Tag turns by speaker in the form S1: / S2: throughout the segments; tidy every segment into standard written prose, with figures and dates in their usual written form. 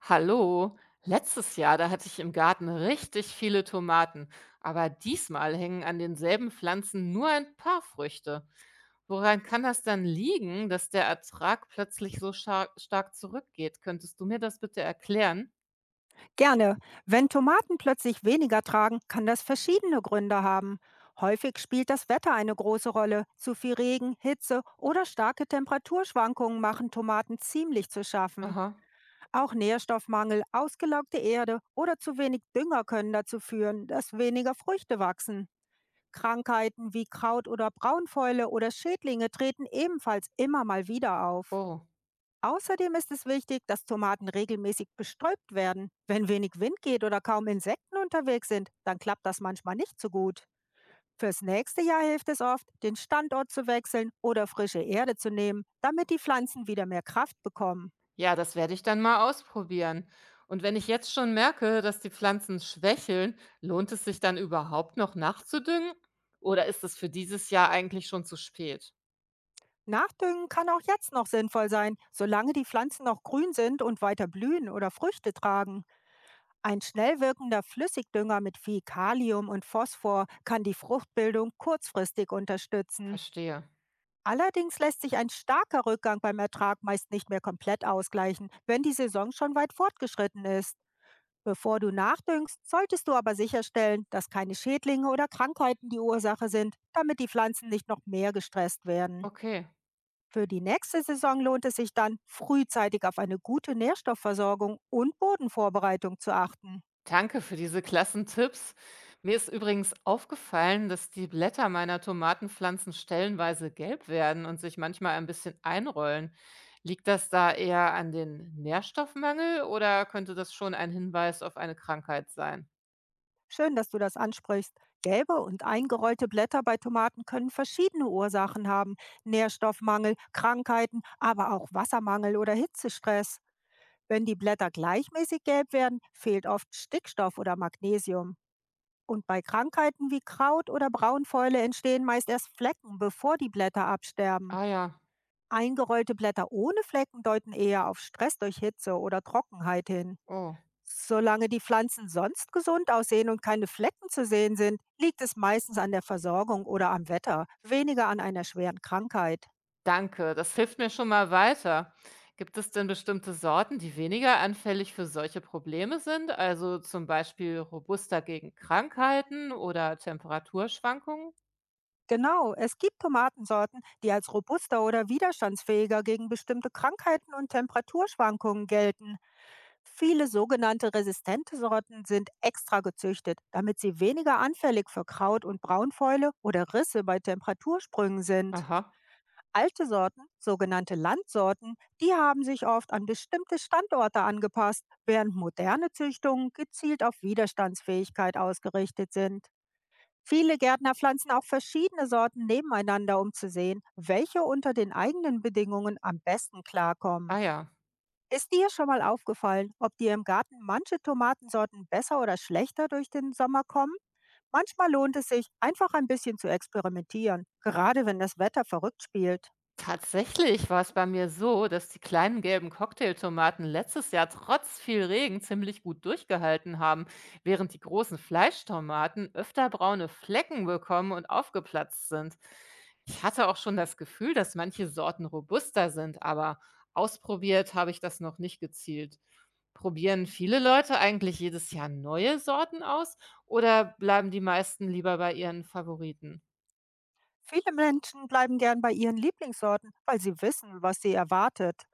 S1: Hallo, letztes Jahr, da hatte ich im Garten richtig viele Tomaten, aber diesmal hängen an denselben Pflanzen nur ein paar Früchte. Woran kann das dann liegen, dass der Ertrag plötzlich so stark zurückgeht? Könntest du mir das bitte erklären?
S2: Gerne. Wenn Tomaten plötzlich weniger tragen, kann das verschiedene Gründe haben. Häufig spielt das Wetter eine große Rolle. Zu viel Regen, Hitze oder starke Temperaturschwankungen machen Tomaten ziemlich zu schaffen.
S1: Aha,
S2: Auch Nährstoffmangel, ausgelaugte Erde oder zu wenig Dünger können dazu führen, dass weniger Früchte wachsen. Krankheiten wie Kraut- oder Braunfäule oder Schädlinge treten ebenfalls immer mal wieder auf.
S1: oh.
S2: Außerdem ist es wichtig, dass Tomaten regelmäßig bestäubt werden. Wenn wenig Wind geht oder kaum Insekten unterwegs sind, dann klappt das manchmal nicht so gut. Fürs nächste Jahr hilft es oft, den Standort zu wechseln oder frische Erde zu nehmen, damit die Pflanzen wieder mehr Kraft bekommen.
S1: Ja, das werde ich dann mal ausprobieren. Und wenn ich jetzt schon merke, dass die Pflanzen schwächeln, lohnt es sich dann überhaupt noch nachzudüngen? Oder ist es für dieses Jahr eigentlich schon zu spät?
S2: Nachdüngen kann auch jetzt noch sinnvoll sein, solange die Pflanzen noch grün sind und weiter blühen oder Früchte tragen. Ein schnell wirkender Flüssigdünger mit viel Kalium und Phosphor kann die Fruchtbildung kurzfristig unterstützen.
S1: Verstehe.
S2: Allerdings lässt sich ein starker Rückgang beim Ertrag meist nicht mehr komplett ausgleichen, wenn die Saison schon weit fortgeschritten ist. Bevor du nachdüngst, solltest du aber sicherstellen, dass keine Schädlinge oder Krankheiten die Ursache sind, damit die Pflanzen nicht noch mehr gestresst werden.
S1: Okay.
S2: Für die nächste Saison lohnt es sich dann, frühzeitig auf eine gute Nährstoffversorgung und Bodenvorbereitung zu achten.
S1: Danke für diese klassen Tipps. Mir ist übrigens aufgefallen, dass die Blätter meiner Tomatenpflanzen stellenweise gelb werden und sich manchmal ein bisschen einrollen. Liegt das da eher an den Nährstoffmangel oder könnte das schon ein Hinweis auf eine Krankheit sein?
S2: Schön, dass du das ansprichst. Gelbe und eingerollte Blätter bei Tomaten können verschiedene Ursachen haben. Nährstoffmangel, Krankheiten, aber auch Wassermangel oder Hitzestress. Wenn die Blätter gleichmäßig gelb werden, fehlt oft Stickstoff oder Magnesium. Und bei Krankheiten wie Kraut oder Braunfäule entstehen meist erst Flecken, bevor die Blätter absterben.
S1: Ah ja,
S2: Eingerollte Blätter ohne Flecken deuten eher auf Stress durch Hitze oder Trockenheit hin.
S1: oh,
S2: Solange die Pflanzen sonst gesund aussehen und keine Flecken zu sehen sind, liegt es meistens an der Versorgung oder am Wetter, weniger an einer schweren Krankheit.
S1: danke. Das hilft mir schon mal weiter. Gibt es denn bestimmte Sorten, die weniger anfällig für solche Probleme sind? Also zum Beispiel robuster gegen Krankheiten oder Temperaturschwankungen?
S2: Genau, es gibt Tomatensorten, die als robuster oder widerstandsfähiger gegen bestimmte Krankheiten und Temperaturschwankungen gelten. Viele sogenannte resistente Sorten sind extra gezüchtet, damit sie weniger anfällig für Kraut- und Braunfäule oder Risse bei Temperatursprüngen sind.
S1: Aha.
S2: Alte Sorten, sogenannte Landsorten, die haben sich oft an bestimmte Standorte angepasst, während moderne Züchtungen gezielt auf Widerstandsfähigkeit ausgerichtet sind. Viele Gärtner pflanzen auch verschiedene Sorten nebeneinander, um zu sehen, welche unter den eigenen Bedingungen am besten klarkommen.
S1: Ah ja.
S2: Ist dir schon mal aufgefallen, ob dir im Garten manche Tomatensorten besser oder schlechter durch den Sommer kommen? Manchmal lohnt es sich, einfach ein bisschen zu experimentieren, gerade wenn das Wetter verrückt spielt.
S1: Tatsächlich war es bei mir so, dass die kleinen gelben Cocktailtomaten letztes Jahr trotz viel Regen ziemlich gut durchgehalten haben, während die großen Fleischtomaten öfter braune Flecken bekommen und aufgeplatzt sind. Ich hatte auch schon das Gefühl, dass manche Sorten robuster sind, aber ausprobiert habe ich das noch nicht gezielt. Probieren viele Leute eigentlich jedes Jahr neue Sorten aus oder bleiben die meisten lieber bei ihren Favoriten?
S2: Viele Menschen bleiben gern bei ihren Lieblingssorten, weil sie wissen, was sie erwartet.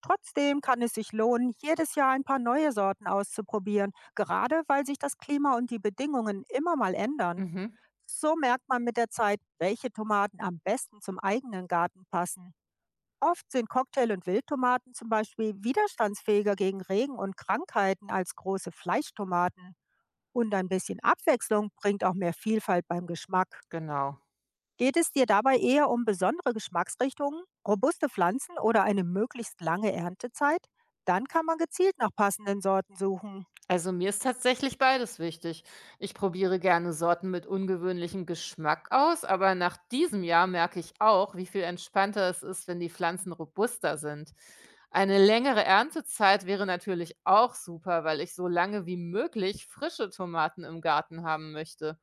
S2: Trotzdem kann es sich lohnen, jedes Jahr ein paar neue Sorten auszuprobieren, gerade weil sich das Klima und die Bedingungen immer mal ändern.
S1: Mhm,
S2: So merkt man mit der Zeit, welche Tomaten am besten zum eigenen Garten passen. Oft sind Cocktail- und Wildtomaten zum Beispiel widerstandsfähiger gegen Regen und Krankheiten als große Fleischtomaten. Und ein bisschen Abwechslung bringt auch mehr Vielfalt beim Geschmack.
S1: genau.
S2: Geht es dir dabei eher um besondere Geschmacksrichtungen, robuste Pflanzen oder eine möglichst lange Erntezeit? Dann kann man gezielt nach passenden Sorten suchen.
S1: Also mir ist tatsächlich beides wichtig. Ich probiere gerne Sorten mit ungewöhnlichem Geschmack aus, aber nach diesem Jahr merke ich auch, wie viel entspannter es ist, wenn die Pflanzen robuster sind. Eine längere Erntezeit wäre natürlich auch super, weil ich so lange wie möglich frische Tomaten im Garten haben möchte.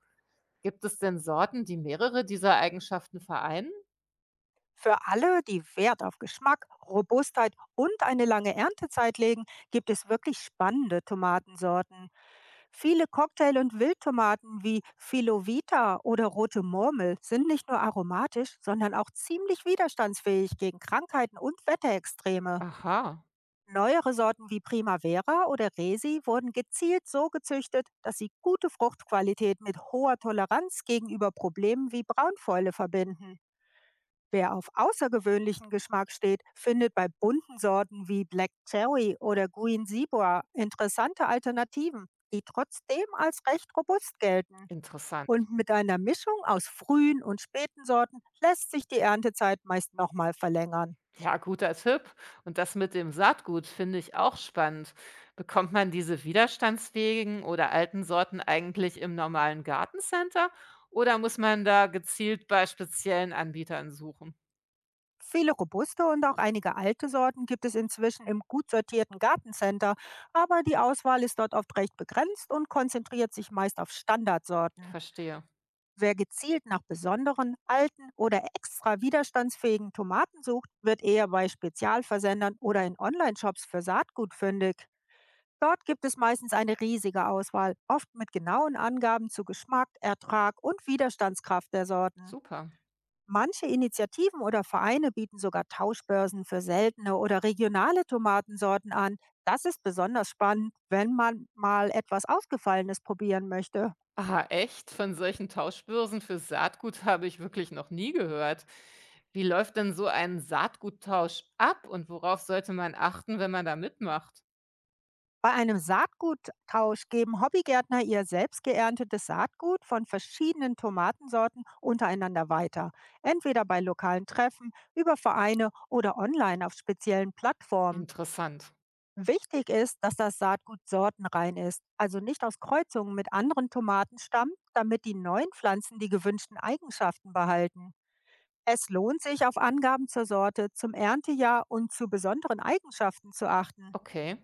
S1: Gibt es denn Sorten, die mehrere dieser Eigenschaften vereinen?
S2: Für alle, die Wert auf Geschmack, Robustheit und eine lange Erntezeit legen, gibt es wirklich spannende Tomatensorten. Viele Cocktail- und Wildtomaten wie Filovita oder Rote Murmel sind nicht nur aromatisch, sondern auch ziemlich widerstandsfähig gegen Krankheiten und Wetterextreme.
S1: Aha,
S2: Neuere Sorten wie Primavera oder Resi wurden gezielt so gezüchtet, dass sie gute Fruchtqualität mit hoher Toleranz gegenüber Problemen wie Braunfäule verbinden. Wer auf außergewöhnlichen Geschmack steht, findet bei bunten Sorten wie Black Cherry oder Green Zebra interessante Alternativen, die trotzdem als recht robust gelten.
S1: interessant.
S2: Und mit einer Mischung aus frühen und späten Sorten lässt sich die Erntezeit meist nochmal verlängern.
S1: Ja, guter Tipp. Und das mit dem Saatgut finde ich auch spannend. Bekommt man diese widerstandsfähigen oder alten Sorten eigentlich im normalen Gartencenter oder muss man da gezielt bei speziellen Anbietern suchen?
S2: Viele robuste und auch einige alte Sorten gibt es inzwischen im gut sortierten Gartencenter, aber die Auswahl ist dort oft recht begrenzt und konzentriert sich meist auf Standardsorten.
S1: Verstehe.
S2: Wer gezielt nach besonderen, alten oder extra widerstandsfähigen Tomaten sucht, wird eher bei Spezialversendern oder in Online-Shops für Saatgut fündig. Dort gibt es meistens eine riesige Auswahl, oft mit genauen Angaben zu Geschmack, Ertrag und Widerstandskraft der Sorten.
S1: Super.
S2: Manche Initiativen oder Vereine bieten sogar Tauschbörsen für seltene oder regionale Tomatensorten an. Das ist besonders spannend, wenn man mal etwas Ausgefallenes probieren möchte.
S1: Ah, echt? Von solchen Tauschbörsen für Saatgut habe ich wirklich noch nie gehört. Wie läuft denn so ein Saatguttausch ab und worauf sollte man achten, wenn man da mitmacht?
S2: Bei einem Saatguttausch geben Hobbygärtner ihr selbst geerntetes Saatgut von verschiedenen Tomatensorten untereinander weiter, entweder bei lokalen Treffen, über Vereine oder online auf speziellen Plattformen.
S1: Interessant.
S2: Wichtig ist, dass das Saatgut sortenrein ist, also nicht aus Kreuzungen mit anderen Tomaten stammt, damit die neuen Pflanzen die gewünschten Eigenschaften behalten. Es lohnt sich, auf Angaben zur Sorte, zum Erntejahr und zu besonderen Eigenschaften zu achten.
S1: Okay.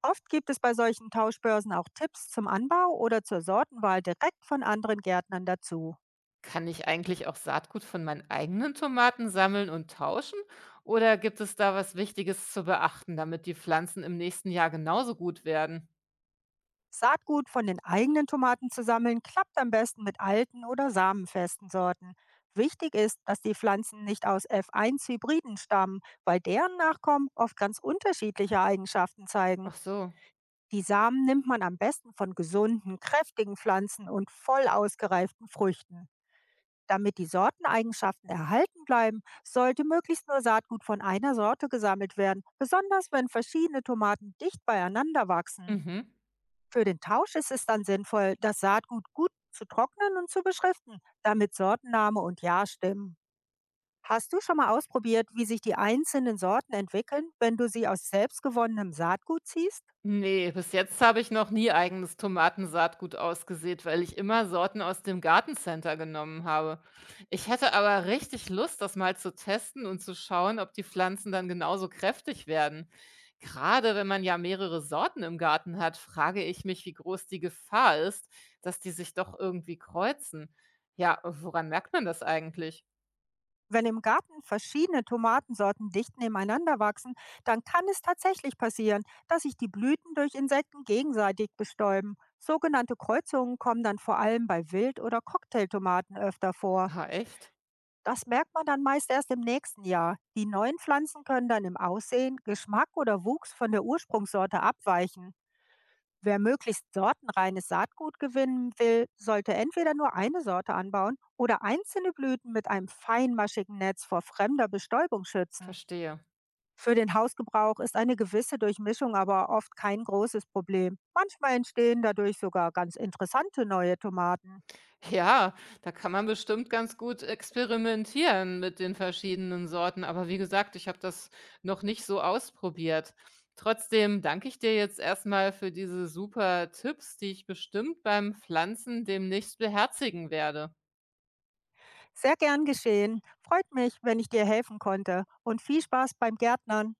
S2: Oft gibt es bei solchen Tauschbörsen auch Tipps zum Anbau oder zur Sortenwahl direkt von anderen Gärtnern dazu.
S1: Kann ich eigentlich auch Saatgut von meinen eigenen Tomaten sammeln und tauschen? Oder gibt es da was Wichtiges zu beachten, damit die Pflanzen im nächsten Jahr genauso gut werden?
S2: Saatgut von den eigenen Tomaten zu sammeln, klappt am besten mit alten oder samenfesten Sorten. Wichtig ist, dass die Pflanzen nicht aus F1-Hybriden stammen, weil deren Nachkommen oft ganz unterschiedliche Eigenschaften zeigen.
S1: Ach so.
S2: Die Samen nimmt man am besten von gesunden, kräftigen Pflanzen und voll ausgereiften Früchten. Damit die Sorteneigenschaften erhalten bleiben, sollte möglichst nur Saatgut von einer Sorte gesammelt werden, besonders wenn verschiedene Tomaten dicht beieinander wachsen.
S1: Mhm.
S2: Für den Tausch ist es dann sinnvoll, das Saatgut gut zu trocknen und zu beschriften, damit Sortenname und Jahr stimmen. Hast du schon mal ausprobiert, wie sich die einzelnen Sorten entwickeln, wenn du sie aus selbstgewonnenem Saatgut ziehst?
S1: Nee, bis jetzt habe ich noch nie eigenes Tomatensaatgut ausgesät, weil ich immer Sorten aus dem Gartencenter genommen habe. Ich hätte aber richtig Lust, das mal zu testen und zu schauen, ob die Pflanzen dann genauso kräftig werden. Gerade wenn man ja mehrere Sorten im Garten hat, frage ich mich, wie groß die Gefahr ist, dass die sich doch irgendwie kreuzen. Ja, woran merkt man das eigentlich?
S2: Wenn im Garten verschiedene Tomatensorten dicht nebeneinander wachsen, dann kann es tatsächlich passieren, dass sich die Blüten durch Insekten gegenseitig bestäuben. Sogenannte Kreuzungen kommen dann vor allem bei Wild- oder Cocktailtomaten öfter vor.
S1: Ah, echt?
S2: Das merkt man dann meist erst im nächsten Jahr. Die neuen Pflanzen können dann im Aussehen, Geschmack oder Wuchs von der Ursprungssorte abweichen. Wer möglichst sortenreines Saatgut gewinnen will, sollte entweder nur eine Sorte anbauen oder einzelne Blüten mit einem feinmaschigen Netz vor fremder Bestäubung schützen.
S1: Verstehe.
S2: Für den Hausgebrauch ist eine gewisse Durchmischung aber oft kein großes Problem. Manchmal entstehen dadurch sogar ganz interessante neue Tomaten.
S1: Ja, da kann man bestimmt ganz gut experimentieren mit den verschiedenen Sorten. Aber wie gesagt, ich habe das noch nicht so ausprobiert. Trotzdem danke ich dir jetzt erstmal für diese super Tipps, die ich bestimmt beim Pflanzen demnächst beherzigen werde.
S2: Sehr gern geschehen. Freut mich, wenn ich dir helfen konnte und viel Spaß beim Gärtnern.